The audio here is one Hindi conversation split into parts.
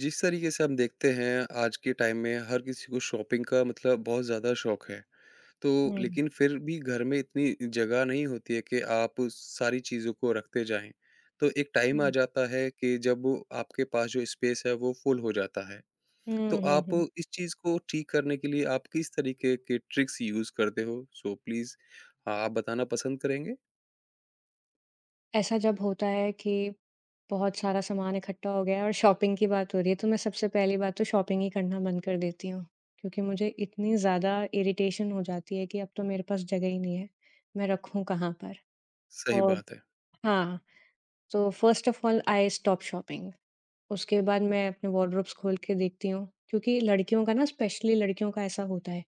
जिस तरीके से हम देखते हैं आज के टाइम में हर किसी को शॉपिंग का मतलब बहुत ज़्यादा शौक है। तो हुँ, लेकिन फिर भी घर में इतनी जगह नहीं होती है कि आप उस सारी चीज़ों को रखते जाएँ। तो एक टाइम आ हुँ। जाता है कि जब वो आपके पास जो स्पेस है वो फुल हो जाता है। तो हुँ, हुँ, आप हुँ। इस चीज़ को ठीक करने के लिए आप किस तरीके के ट्रिक्स यूज़ करते हो? सो प्लीज़ हाँ, आप बताना पसंद करेंगे? ऐसा जब होता है कि बहुत सारा सामान इकट्ठा हो गया है और शॉपिंग की बात हो रही है, तो मैं सबसे पहली बात तो शॉपिंग ही करना बंद कर देती हूँ। क्योंकि मुझे इतनी ज़्यादा इरिटेशन हो जाती है कि अब तो मेरे पास जगह ही नहीं है, मैं रखूँ कहाँ पर? सही और बात है। हाँ, तो first of all I stop shopping. उसके बाद मैं अपने वार्डरोब्स खोल के देखती हूँ, क्योंकि लड़कियों का ना स्पेशली लड़कियों का ऐसा होता है।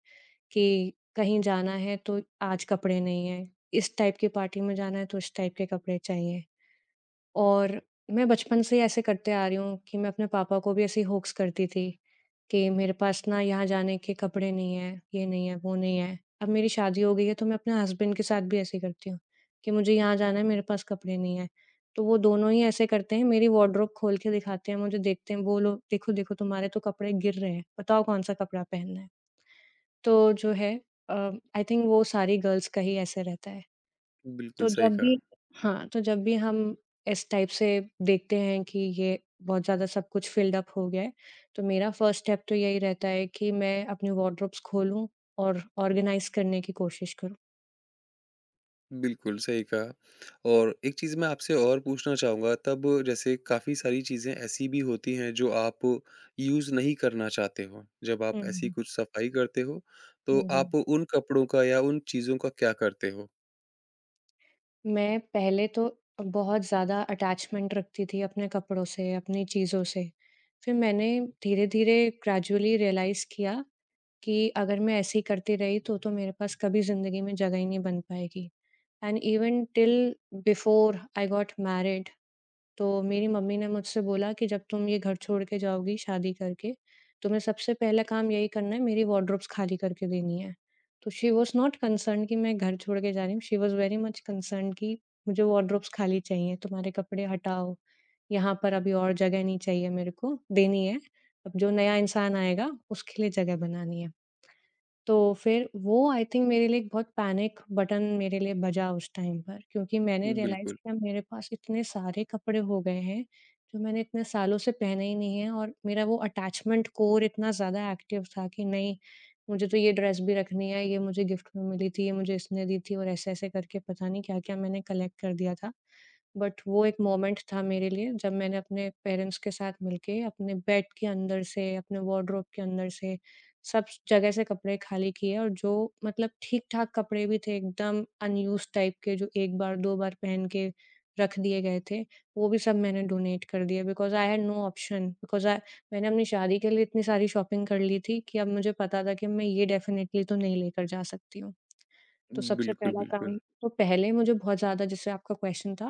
कि कहीं जाना है तो आज कपड़े नहीं हैं, इस टाइप की पार्टी में जाना है तो इस टाइप के कपड़े चाहिए। और मैं बचपन से ही ऐसे करते आ रही हूँ कि मैं अपने पापा को भी ऐसे ही होक्स करती थी कि मेरे पास ना यहाँ जाने के कपड़े नहीं हैं, ये नहीं है, वो नहीं है। अब मेरी शादी हो गई है तो मैं अपने हस्बैंड के साथ भी ऐसे ही करती हूँ कि मुझे यहाँ जाना है, मेरे पास कपड़े नहीं हैं। तो वो दोनों ही ऐसे करते हैं, मेरी वार्डरोब खोल के दिखाते हैं मुझे, देखते हैं, "वो लो, देखो, देखो तुम्हारे तो कपड़े गिर रहे हैं, बताओ कौन-सा कपड़ा पहनना है।" तो जो है अ, आई थिंक वो सारी गर्ल्स का ही ऐसा रहता है। बिल्कुल तो सही जब कहा। भी हाँ, तो जब भी हम इस टाइप से देखते हैं कि ये बहुत ज़्यादा सब कुछ फ़िल्ड अप हो गया है, तो मेरा फर्स्ट स्टेप तो यही रहता है कि मैं अपने वार्डरोब्स खोलूँ और ऑर्गनाइज़ करने की कोशिश करूँ। बिल्कुल, सही कहा और एक चीज़ मैं आपसे और पूछना चाहूँगा तब जैसे काफ़ी सारी चीज़ें ऐसी भी होती हैं जो आप यूज़ नहीं करना चाहते हो। जब हुँ, आप ऐसी हुँ। कुछ सफाई करते हो, तो हुँ, हुँ। आप उन कपड़ों का या उन चीज़ों का क्या करते हो? मैं पहले तो बहुत ज़्यादा अटैचमेंट रखती थी अपने कपड़ों से, अपनी चीज़ों से। फिर मैंने धीरे-धीरे ग्रेजुअली रियलाइज़ किया कि अगर मैं ऐसे ही करती रही तो मेरे पास कभी ज़िंदगी में जगह ही नहीं बन पाएगी। And even till before I got married तो मेरी मम्मी ने मुझसे बोला कि जब तुम ये घर छोड़ के जाओगी शादी करके, तुम्हें सबसे पहला काम यही करना है मेरी वार्डरोब्स खाली करके देनी है। तो शी वाज़ नॉट कंसर्न्ड कि मैं घर छोड़ के जा रही हूँ, she was very much concerned कि मुझे वार्डरोब्स खाली चाहिए, तुम्हारे कपड़े हटाओ, यहाँ पर अभी और जगह नहीं चाहिए मेरे को, देनी है। अब जो नया इंसान आएगा उसके लिए जगह बनानी है। तो फिर वो आई थिंक मेरे लिए एक बहुत पैनिक बटन मेरे लिए बजा उस टाइम पर क्योंकि मैंने रियलाइज़ बिल्कुल। किया मेरे पास इतने सारे कपड़े हो गए हैं, जो मैंने इतने सालों से पहने ही नहीं है और मेरा वो अटैचमेंट कोर इतना ज़्यादा एक्टिव था कि नहीं, मुझे तो ये ड्रेस भी रखनी है, ये मुझे गिफ्ट में मिली थी, ये मुझे इसने दी थी और ऐसे-ऐसे करके पता नहीं क्या-क्या मैंने कलेक्ट कर दिया था। बट वो एक मोमेंट था मेरे लिए जब मैंने अपने पेरेंट्स के साथ मिलके अपने बेड के अंदर से, अपने वार्डरोब के अंदर से सब जगह से कपड़े खाली किए और जो मतलब ठीक-ठाक कपड़े भी थे एकदम अनयूज़्ड टाइप के जो 1 बार 2 बार पहन के रख दिए गए थे, वो भी सब मैंने डोनेट कर दिए because I had no option because I मैंने अपनी शादी के लिए इतनी सारी शॉपिंग कर ली थी कि अब मुझे पता था कि मैं ये डेफ़िनेटली तो नहीं लेकर जा सकती हूँ। तो सबसे बिल्कुल, पहला काम बिल्कुल। तो पहले मुझे बहुत ज़्यादा जैसे आपका क्वेश्चन था,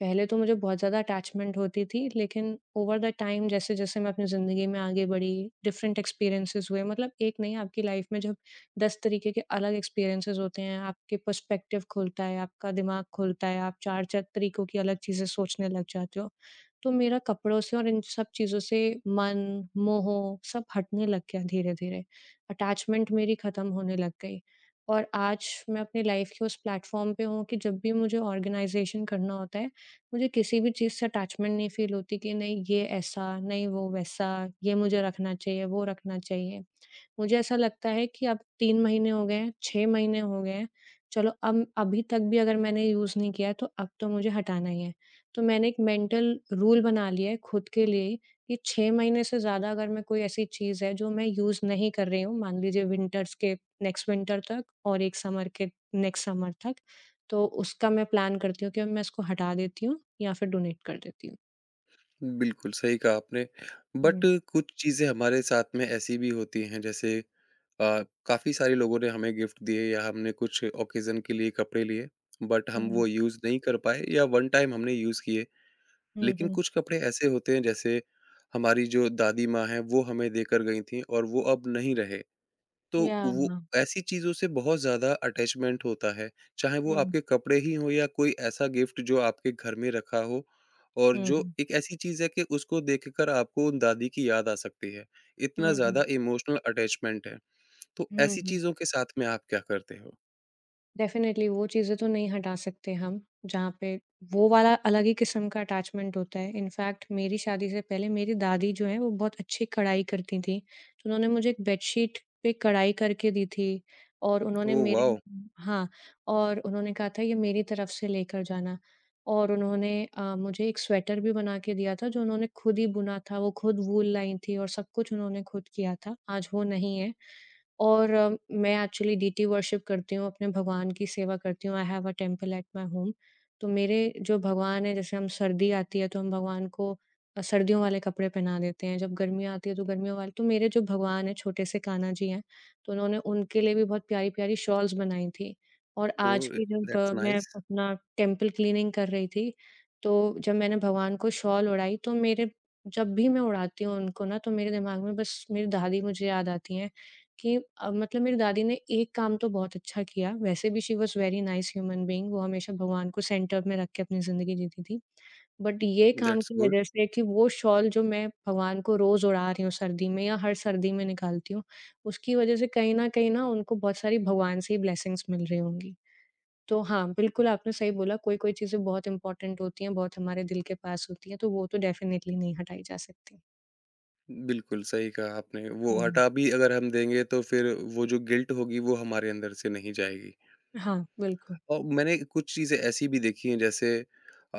पहले तो मुझे बहुत ज़्यादा अटैचमेंट होती थी, लेकिन ओवर द टाइम जैसे-जैसे मैं अपनी ज़िंदगी में आगे बढ़ी, डिफरेंट एक्सपीरियंसेस हुए, मतलब एक नहीं आपकी लाइफ में जब 10 तरीके के अलग एक्सपीरियंसेस होते हैं, आपके पर्सपेक्टिव खुलता है, आपका दिमाग खुलता है, आप 4-4 तरीकों की अलग चीज़ें सोचने लग जाते हो। तो मेरा कपड़ों से और इन सब चीज़ों से मन, मोह सब हटने लग गया धीरे-धीरे। अटैचमेंट मेरी खत्म होने लग गई। और आज मैं अपनी लाइफ़ के उस प्लेटफ़ॉर्म पे हूँ कि जब भी मुझे ऑर्गेनाइज़ेशन करना होता है, मुझे किसी भी चीज़ से अटैचमेंट नहीं फ़ील होती कि नहीं ये ऐसा, नहीं वो वैसा, ये मुझे रखना चाहिए, वो रखना चाहिए। मुझे ऐसा लगता है कि अब 3 महीने हो गए हैं, 6 महीने हो गए हैं, चलो अब अभी तक भी अगर मैंने यूज़ नहीं किया है तो अब तो मुझे हटाना ही है। तो मैंने एक मेंटल रूल बना लिया है खुद के लिए ही कि 6 महीने से ज़्यादा अगर मैं कोई ऐसी चीज़ है जो मैं यूज़ नहीं कर रही हूँ, मान लीजिए विंटर्स के नेक्स्ट विंटर तक और 1 समर के नेक्स्ट समर तक, तो उसका मैं प्लान करती हूँ कि अब मैं इसको हटा देती हूँ या फिर डोनेट कर देती हूँ। बिल्कुल, सही कहा आपने। बट हुँ, कुछ चीज़ें हमारे साथ में ऐसी भी होती हैं जैसे काफ़ी सारे लोगों ने हमें गिफ्ट दिए या हमने कुछ ऑकेज़न के लिए कपड़े लिए, बट हम हुँ, वो यूज़ नहीं कर पाए या वन टाइम हमने यूज़ किए। हुँ, लेकिन हुँ। कुछ कपड़े ऐसे होते हैं जैसे हमारी जो दादी माँ हैं, वो हमें देकर गई थीं और वो अब नहीं रहे। तो या वो हाँ। ऐसी चीज़ों से बहुत ज़्यादा अटैचमेंट होता है, चाहे वो हुँ, आपके कपड़े ही हों या कोई ऐसा गिफ्ट जो आपके घर में रखा हो और हुँ, जो हुँ। एक ऐसी चीज़ है कि उसको देखकर आपको उन दादी की याद आ सकती है। इतना हुँ, हुँ। ज़्यादा इमोशनल अटैचमेंट है, तो हुँ, ऐसी हुँ। चीज़ों के साथ में आप क्या करते हो? डेफ़िनिटली वो चीज़ें तो नहीं हटा सकते हम, जहाँ पे वो वाला अलग ही किस्म का अटैचमेंट होता है। इनफ़ैक्ट मेरी शादी से पहले मेरी दादी जो है वो बहुत अच्छी कढ़ाई करती थीं, तो उन्होंने मुझे एक बेडशीट पे कढ़ाई करके दी थी और उन्होंने ओह मेरे वाओ! हाँ, और उन्होंने कहा था ये मेरी तरफ से लेकर जाना और उन्होंने मुझे एक स्वेटर भी बना के दिया था जो उन्होंने खुद ही बुना था, वो खुद वूल लाई थी और सब कुछ उन्होंने खुद किया था, आज वो नहीं है। और मैं एक्चुअली डीटी वर्शिप करती हूँ, अपने भगवान की सेवा करती हूँ। I have a temple at my home. तो मेरे जो भगवान हैं, जैसे हम सर्दी आती है तो हम भगवान को सर्दियों वाले कपड़े पहना देते हैं, जब गर्मी आती है तो गर्मियों वाले तो मेरे जो भगवान हैं, छोटे से कान्हा जी हैं, तो उन्होंने उनके लिए भी बहुत प्यारी-प्यारी शॉल्स बनाई थी। और आज ओह भी जब दैट्स मैं नाइस, अपना टेम्पल क्लीनिंग कर रही थी, तो जब मैंने भगवान को शॉल ओढ़ाई तो मेरे जब भी मैं ओढ़ाती हूँ उनको ना, तो मेरे दिमाग में बस मेरी दादी मुझे याद आती हैं। कि मतलब मेरी दादी ने एक काम तो बहुत अच्छा किया, वैसे भी she was very nice human being, वो हमेशा भगवान को सेंटर में रख के अपनी ज़िंदगी जीती थी। बट ये काम दैट्स की गुड। वजह से कि वो शॉल जो मैं भगवान को रोज़ ओढ़ा रही हूँ सर्दी में या हर सर्दी में निकालती हूँ, उसकी वजह से कहीं न कहीं ना उनको बहुत सारी भगवान से ही ब्लेसिंग्स मिल रही होंगी। तो हाँ, बिल्कुल आपने सही बोला, कोई-कोई चीज़ें बहुत इम्पोर्टेंट होती हैं, बहुत हमारे दिल के पास होती हैं, तो वो तो डेफ़िनिटली नहीं हटाई जा सकती। बिल्कुल, सही कहा आपने। वो हुँ। हटा भी अगर हम देंगे तो फिर वो जो गिल्ट होगी वो हमारे अंदर से नहीं जाएगी। हाँ, बिल्कुल। और मैंने कुछ चीज़ें ऐसी भी देखी हैं जैसे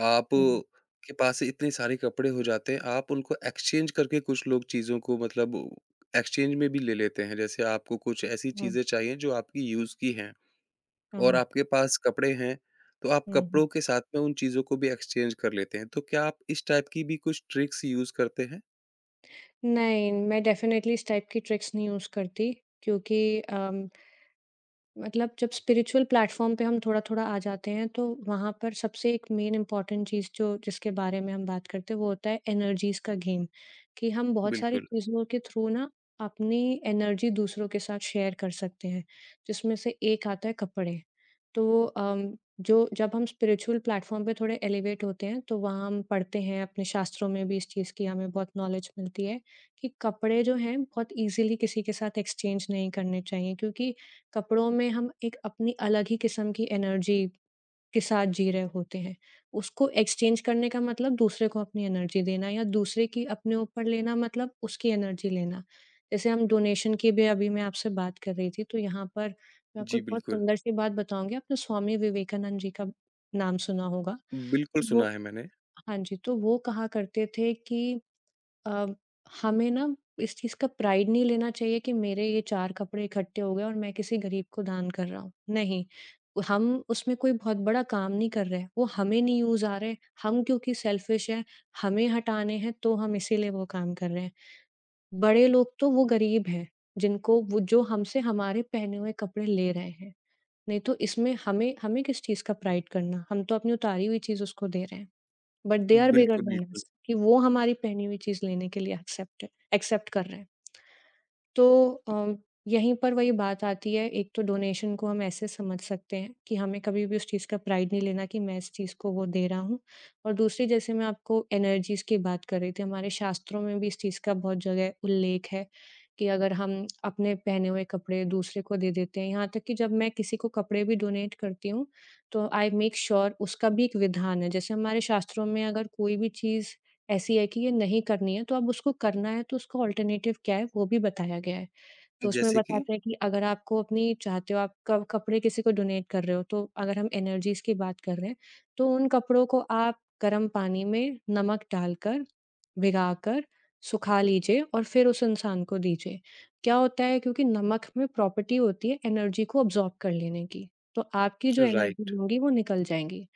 आप हुँ, के पास इतने सारे कपड़े हो जाते हैं, आप उनको एक्सचेंज करके कुछ लोग चीज़ों को मतलब एक्सचेंज में भी ले लेते हैं। जैसे आपको कुछ ऐसी हाँ, चीज़ें चाहिए जो आपकी यूज़ की हैं और हाँ, आपके पास कपड़े हैं, तो आप हुँ। कपड़ों के साथ में उन चीज़ों को भी एक्सचेंज कर लेते हैं। तो क्या आप इस टाइप की भी कुछ ट्रिक्स यूज़ करते हैं? नहीं, मैं डेफ़िनेटली इस टाइप की ट्रिक्स नहीं यूज़ करती क्योंकि मतलब जब स्पिरिचुअल प्लेटफॉर्म पे हम थोड़ा-थोड़ा आ जाते हैं, तो वहाँ पर सबसे एक मेन इम्पोर्टेंट चीज़ जो जिसके बारे में हम बात करते हैं, वो होता है एनर्जीज़ का गेम, कि हम बहुत सारी बिल्कुल। चीज़ों के थ्रू ना अपनी एनर्जी दूसरों के साथ शेयर कर सकते हैं, जिसमें से एक आता है कपड़े। तो वो अम, जो जब हम स्पिरिचुअल प्लेटफॉर्म पे थोड़े एलिवेट होते हैं, तो वहाँ हम पढ़ते हैं, अपने शास्त्रों में भी इस चीज़ की हमें बहुत नॉलेज मिलती है कि कपड़े जो हैं, बहुत ईज़िली किसी के साथ एक्सचेंज नहीं करने चाहिए क्योंकि कपड़ों में हम एक अपनी अलग ही किस्म की एनर्जी के साथ जी रहे होते हैं। उसको एक्सचेंज करने का मतलब दूसरे को अपनी एनर्जी देना या दूसरे की अपने ऊपर लेना मतलब उसकी एनर्जी लेना। जैसे हम डोनेशन की भी अभी मैं आपसे बात कर रही थी, तो यहाँ पर मैं आपको जी, एक बहुत बिल्कुल। सुंदर-सी बात बताऊँगी। आपने स्वामी विवेकानंद जी का नाम सुना होगा। बिल्कुल तो वो सुना है मैंने। हाँ जी, तो वो कहा करते थे कि अ, हमें ना इस चीज़ का प्राइड नहीं लेना चाहिए कि मेरे ये 4 कपड़े इकट्ठे हो गए और मैं किसी गरीब को दान कर रहा हूँ। नहीं, हम उसमें कोई बहुत बड़ा काम नहीं कर रहे हैं। वो हमें नहीं यूज़ आ रहे, हम क्योंकि सेल्फिश हैं, हमें हटाने हैं तो हम इसीलिए वो काम कर रहे हैं। बड़े लोग तो वो गरीब हैं, जिनको वो जो हमसे हमारे पहने हुए कपड़े ले रहे हैं। नहीं तो इसमें हमें हमें किस चीज़ का प्राइड करना? हम तो अपनी उतारी हुई चीज़ उसको दे रहे हैं। बट दे आर बिगर बिल्कुल, देन बिल्कुल। अस कि वो हमारी पहनी हुई चीज़ लेने के लिए एक्सेप्ट है, एक्सेप्ट कर रहे हैं। तो अ, यहीं पर वही बात आती है। एक तो डोनेशन को हम ऐसे समझ सकते हैं कि हमें कभी भी उस चीज़ का प्राइड नहीं लेना कि मैं इस चीज़ को वो दे रहा हूँ। और दूसरी, जैसे मैं आपको एनर्जीज़ की बात कर रही थी, हमारे शास्त्रों में भी इस चीज़ का बहुत जगह उल्लेख है कि अगर हम अपने पहने हुए कपड़े दूसरे को दे देते हैं, यहाँ तक कि जब मैं किसी को कपड़े भी डोनेट करती हूँ, तो आई मेक श्योर उसका भी एक विधान है। जैसे हमारे शास्त्रों में अगर कोई भी चीज़ ऐसी है कि ये नहीं करनी है, तो अब उसको करना है तो उसका अल्टरनेटिव क्या है वो भी बताया गया है। तो उसमें जैसे कि? बताते हैं कि अगर आपको अपनी चाहते हो, आप क कपड़े किसी को डोनेट कर रहे हो, तो अगर हम एनर्जीज़ की बात कर रहे हैं, तो उन कपड़ों को आप गर्म पानी में नमक डालकर, भिगाकर, सुखा लीजिए और फिर उस इंसान को दीजिए। क्या होता है, क्योंकि नमक में प्रॉपर्टी होती है एनर्जी को अब्ज़ॉर्ब कर लेने की, तो आपकी जो एनर्जी राइट। होंगी वो निकल जाएँगी।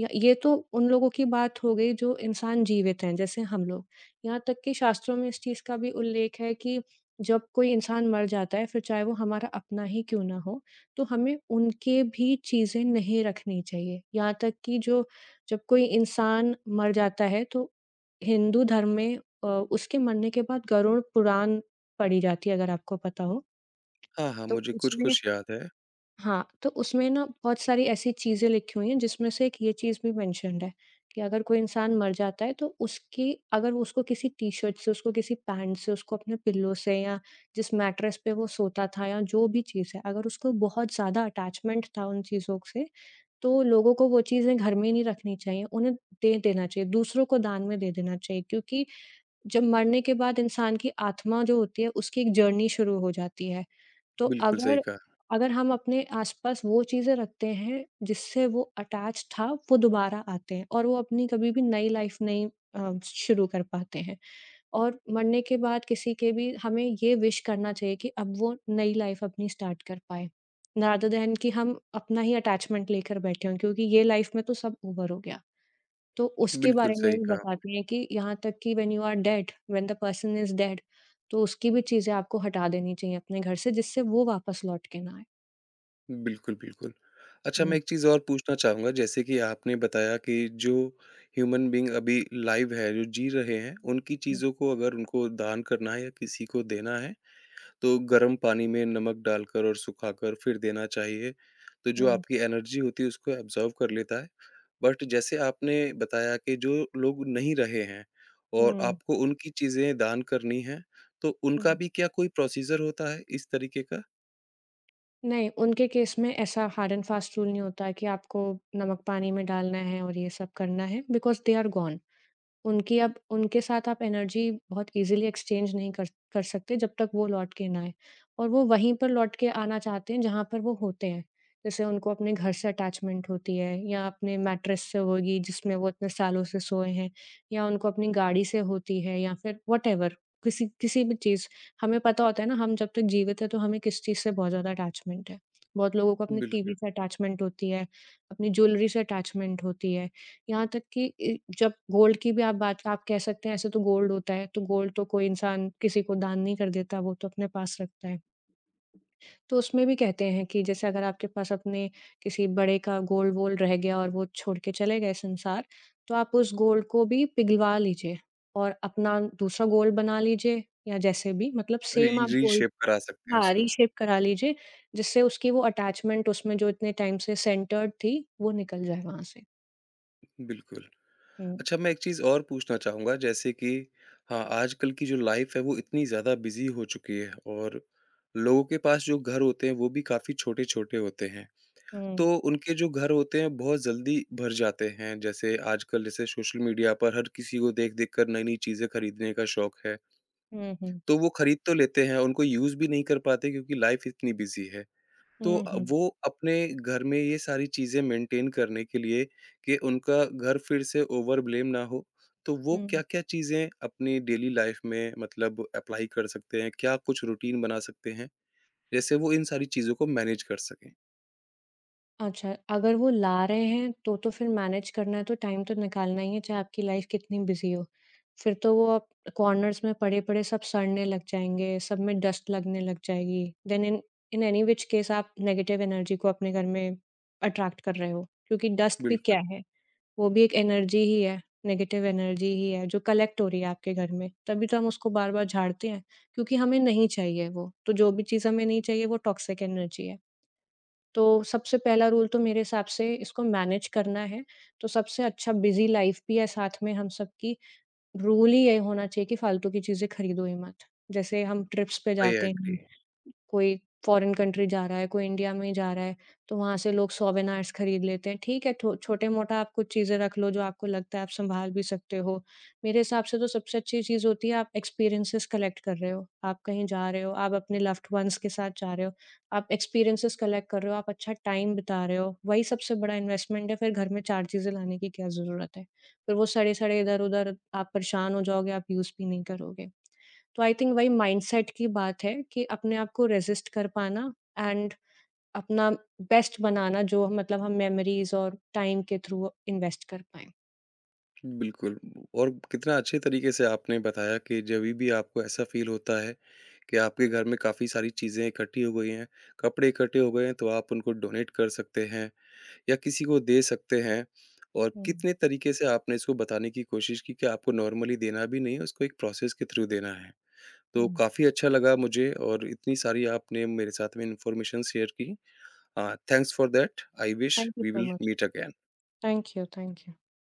या ये तो उन लोगों की बात हो गई जो इंसान जीवित हैं, जैसे हम लोग। यहाँ तक कि शास्त्रों में इस चीज़ का भी उल्लेख है कि जब कोई इंसान मर जाता है, फिर चाहे वो हमारा अपना ही क्यों ना हो, तो हमें उनके भी चीज़ें नहीं रखनी चाहिए। यहाँ तक कि जो जब कोई इंसान मर जाता है, तो हिंदू धर्म में उसके मरने के बाद गरुड़ पुराण पढ़ी जाती है, अगर आपको पता हो। हाँ, हाँ, तो मुझे उसमें, कुछ-कुछ याद है। हाँ, तो उसमें ना बहुत सारी ऐसी चीज़ें लिखी हुई हैं जिसमें से एक ये चीज़ भी मेंशन्ड है कि अगर कोई इंसान मर जाता है तो उसकी, अगर वो उसको किसी टी-शर्ट से, उसको किसी पैंट से, उसको अपने पिल्लो से, या जिस मैट्रेस पे वो सोता था या जो भी चीज़ है, अगर उसको बहुत ज़्यादा अटैचमेंट था उन चीज़ों से, तो लोगों को वो चीज़ें घर में नहीं रखनी चाहिए, उन्हें दे देना चाहिए, दूसरों को दान में दे देना चाहिए, क्योंकि जब मरने के बाद इंसान की आत्मा जो होती है, उसकी एक जर्नी शुरू हो जाती है। तो बिल्कुल सही अगर कहा। अगर हम अपने आस-पास वो चीज़ें रखते हैं, जिससे वो अटैच था, वो दोबारा आते हैं और वो अपनी कभी भी नई लाइफ़ नहीं, शुरू कर पाते हैं। और मरने के बाद किसी के भी हमें ये विश करना चाहिए कि अब वो नई लाइफ़ अपनी स्टार्ट कर पाए, रादर दैन कि हम अपना ही अटैचमेंट लेकर बैठे हों, क्योंकि ये लाइफ़ में तो सब ओवर हो गया। तो उसके बिल्कुल बारे में सही भी कहा बताती हैं कि यहाँ तक कि when you are dead, when the person is dead, तो उसकी भी चीज़ें आपको हटा देनी चाहिए अपने घर से, जिससे वो वापस लौट के ना आए। आपने। बिल्कुल, बिल्कुल। अच्छा मैं हुँ, एक चीज़ और पूछना चाहूँगा जैसे कि आपने बताया कि जो ह्यूमन बीइंग अभी लाइव है, जो जी रहे हैं, उनकी हुँ, चीज़ों को अगर उनको दान करना है या किसी को देना है, तो गर्म पानी में नमक डालकर और सुखाकर फिर देना चाहिए। तो जो हुँ, आपकी एनर्जी होती है उसको एब्ज़ॉर्ब कर लेता है। बट जैसे आपने बताया कि जो लोग नहीं रहे हैं और हुँ, आपको उनकी चीज़ें दान करनी हैं, तो उनका हुँ। भी क्या कोई प्रोसीज़र होता है इस तरीके का? नहीं, उनके केस में ऐसा हार्ड एंड फास्ट रूल नहीं होता है कि आपको नमक पानी में डालना है और ये सब करना है, बिकॉज़ दे आर गॉन। उनकी, आप उनके साथ आप एनर्जी बहुत ईज़िली एक्सचेंज नहीं कर कर सकते जब तक वो लौट के ना आएँ। और वो वहीं पर लौट के आना चाहते हैं जहाँ पर वो होते हैं। जैसे उनको अपने घर से अटैचमेंट होती है, या अपने मैट्रेस से होगी जिसमें वो इतने सालों से सोए हैं, या उनको अपनी गाड़ी से होती है, या फिर व्हाटएवर किसी किसी भी चीज़। हमें पता होता है ना, हम जब तक जीवित हैं तो हमें किस चीज़ से बहुत ज़्यादा अटैचमेंट है। बहुत लोगों को अपने टीवी बिल्कुल। से अटैचमेंट होती है, अपनी ज्वेलरी से अटैचमेंट होती है। यहाँ तक कि इ जब गोल्ड की भी, आप बात आप कह सकते हैं, ऐसे तो गोल्ड होता है, तो गोल्ड तो कोई इंसान किसी को दान नहीं कर देता, वो तो अपने पास रखता है। तो उसमें भी कहते हैं कि जैसे अगर आपके पास अपने किसी बड़े का गोल्ड-वोल्ड रह गया और वो छोड़ के चले गए संसार, तो आप उस गोल्ड को भी पिघलवा लीजिए और अपना दूसरा गोल्ड बना लीजिए, या जैसे भी, मतलब री सेम आप गोल्ड, रीशेप करा सकते हैं हाँ, उसको, रीशेप करा लीजिए, जिससे उसकी वो अटैचमेंट उसमें जो इतने टाइम से सेंटर्ड थी, वो निकल जाए वहाँ से। बिल्कुल। हुँ। अच्छा मैं एक चीज़ और पूछना चाहूँगा जैसे कि हाँ, आजकल की जो लाइफ़ है वो इतनी ज़्यादा बिज़ी हो चुकी है और लोगों के पास जो घर होते हैं वो भी काफ़ी छोटे-छोटे होते हैं। हुँ। तो उनके जो घर होते हैं बहुत जल्दी भर जाते हैं, जैसे आजकल जैसे सोशल मीडिया पर हर किसी को देख-देख कर नई-नई चीज़ें खरीदने का शौक है। हुँ, हुँ। तो वो खरीद तो लेते हैं, उनको यूज़ भी नहीं कर पाते क्योंकि लाइफ़ इतनी बिज़ी है। तो हुँ, हुँ, वो अपने घर में ये सारी चीज़ें मेंटेन करने के लिए कि उनका घर फिर से ओवर ब्लेम ना हो, तो वो हुँ। क्या-क्या चीज़ें अपनी डेली लाइफ में मतलब एप्लाई कर सकते हैं? क्या कुछ रूटीन बना सकते हैं, जैसे वो इन सारी चीज़ों को मैनेज कर सकें? अच्छा, अगर वो ला रहे हैं तो फिर मैनेज करना है तो टाइम तो निकालना ही है, चाहे आपकी लाइफ़ कितनी बिज़ी हो। फिर तो वो आप कॉर्नर्स में पड़े-पड़े सब सड़ने लग जाएँगे, सब में डस्ट लगने लग जाएगी। Then in in any which case आप नेगेटिव एनर्जी को अपने घर में अट्रैक्ट कर रहे हो, क्योंकि डस्ट भी क्या बिल्कुल, है? वो भी एक एनर्जी ही है, नेगेटिव एनर्जी ही है जो कलेक्ट हो रही है आपके घर में। तभी तो हम उसको बार-बार झाड़ते हैं, क्योंकि हमें नहीं चाहिए वो। तो जो भी चीज़ हमें नहीं चाहिए वो टॉक्सिक एनर्जी है। तो सबसे पहला रूल तो मेरे हिसाब से, इसको मैनेज करना है, तो सबसे अच्छा, बिज़ी लाइफ़ भी है साथ में हम सबकी, रूल ही ये होना चाहिए कि फालतू की चीज़ें खरीदो ही मत। जैसे हम ट्रिप्स पे आई जाते एग्री। हैं, कोई फॉरेन कंट्री जा रहा है, कोई इंडिया में ही जा रहा है, तो वहाँ से लोग सोवेनिर्स खरीद लेते हैं। ठीक है, ठो छोटे-मोटा आप कुछ चीज़ें रख लो जो आपको लगता है आप सँभाल भी सकते हो। मेरे हिसाब से तो सबसे अच्छी चीज़ होती है, आप एक्सपीरियंसेस कलेक्ट कर रहे हो। आप कहीं जा रहे हो, आप अपने लव्ड वन्स के साथ जा रहे हो, आप एक्सपीरियंसेस कलेक्ट कर रहे हो, आप अच्छा टाइम बिता रहे हो, वही सबसे बड़ा इन्वेस्टमेंट है। फिर घर में 4 चीज़ें लाने की क्या ज़रूरत है? फिर वो सड़े-सड़े इधर-उधर आप परेशान हो जाओगे, आप यूज़ भी नहीं करोगे। तो आई थिंक वही माइंडसेट की बात है कि अपने आप को रेज़िस्ट कर पाना एंड अपना बेस्ट बनाना, जो मतलब हम मेमोरीज़ और टाइम के थ्रू इन्वेस्ट कर पाएँ। बिल्कुल और कितना अच्छे तरीके से आपने बताया कि जभी भी आपको ऐसा फ़ील होता है कि आपके घर में काफ़ी सारी चीज़ें इकट्ठी हो गई हैं, कपड़े इकट्ठे हो गए हैं, तो आप उनको डोनेट कर सकते हैं। या किसी को दे सकते हैं? और हुँ, कितने तरीके से आपने इसको बताने की कोशिश की कि आपको नॉर्मली देना भी नहीं है, उसको एक प्रोसेस के थ्रू देना है? तो हुँ। काफ़ी अच्छा लगा मुझे और इतनी सारी आपने मेरे साथ में इन्फॉर्मेशन शेयर की। Thanks for that. I wish thank you we so will much. Meet again. Thank you, thank you.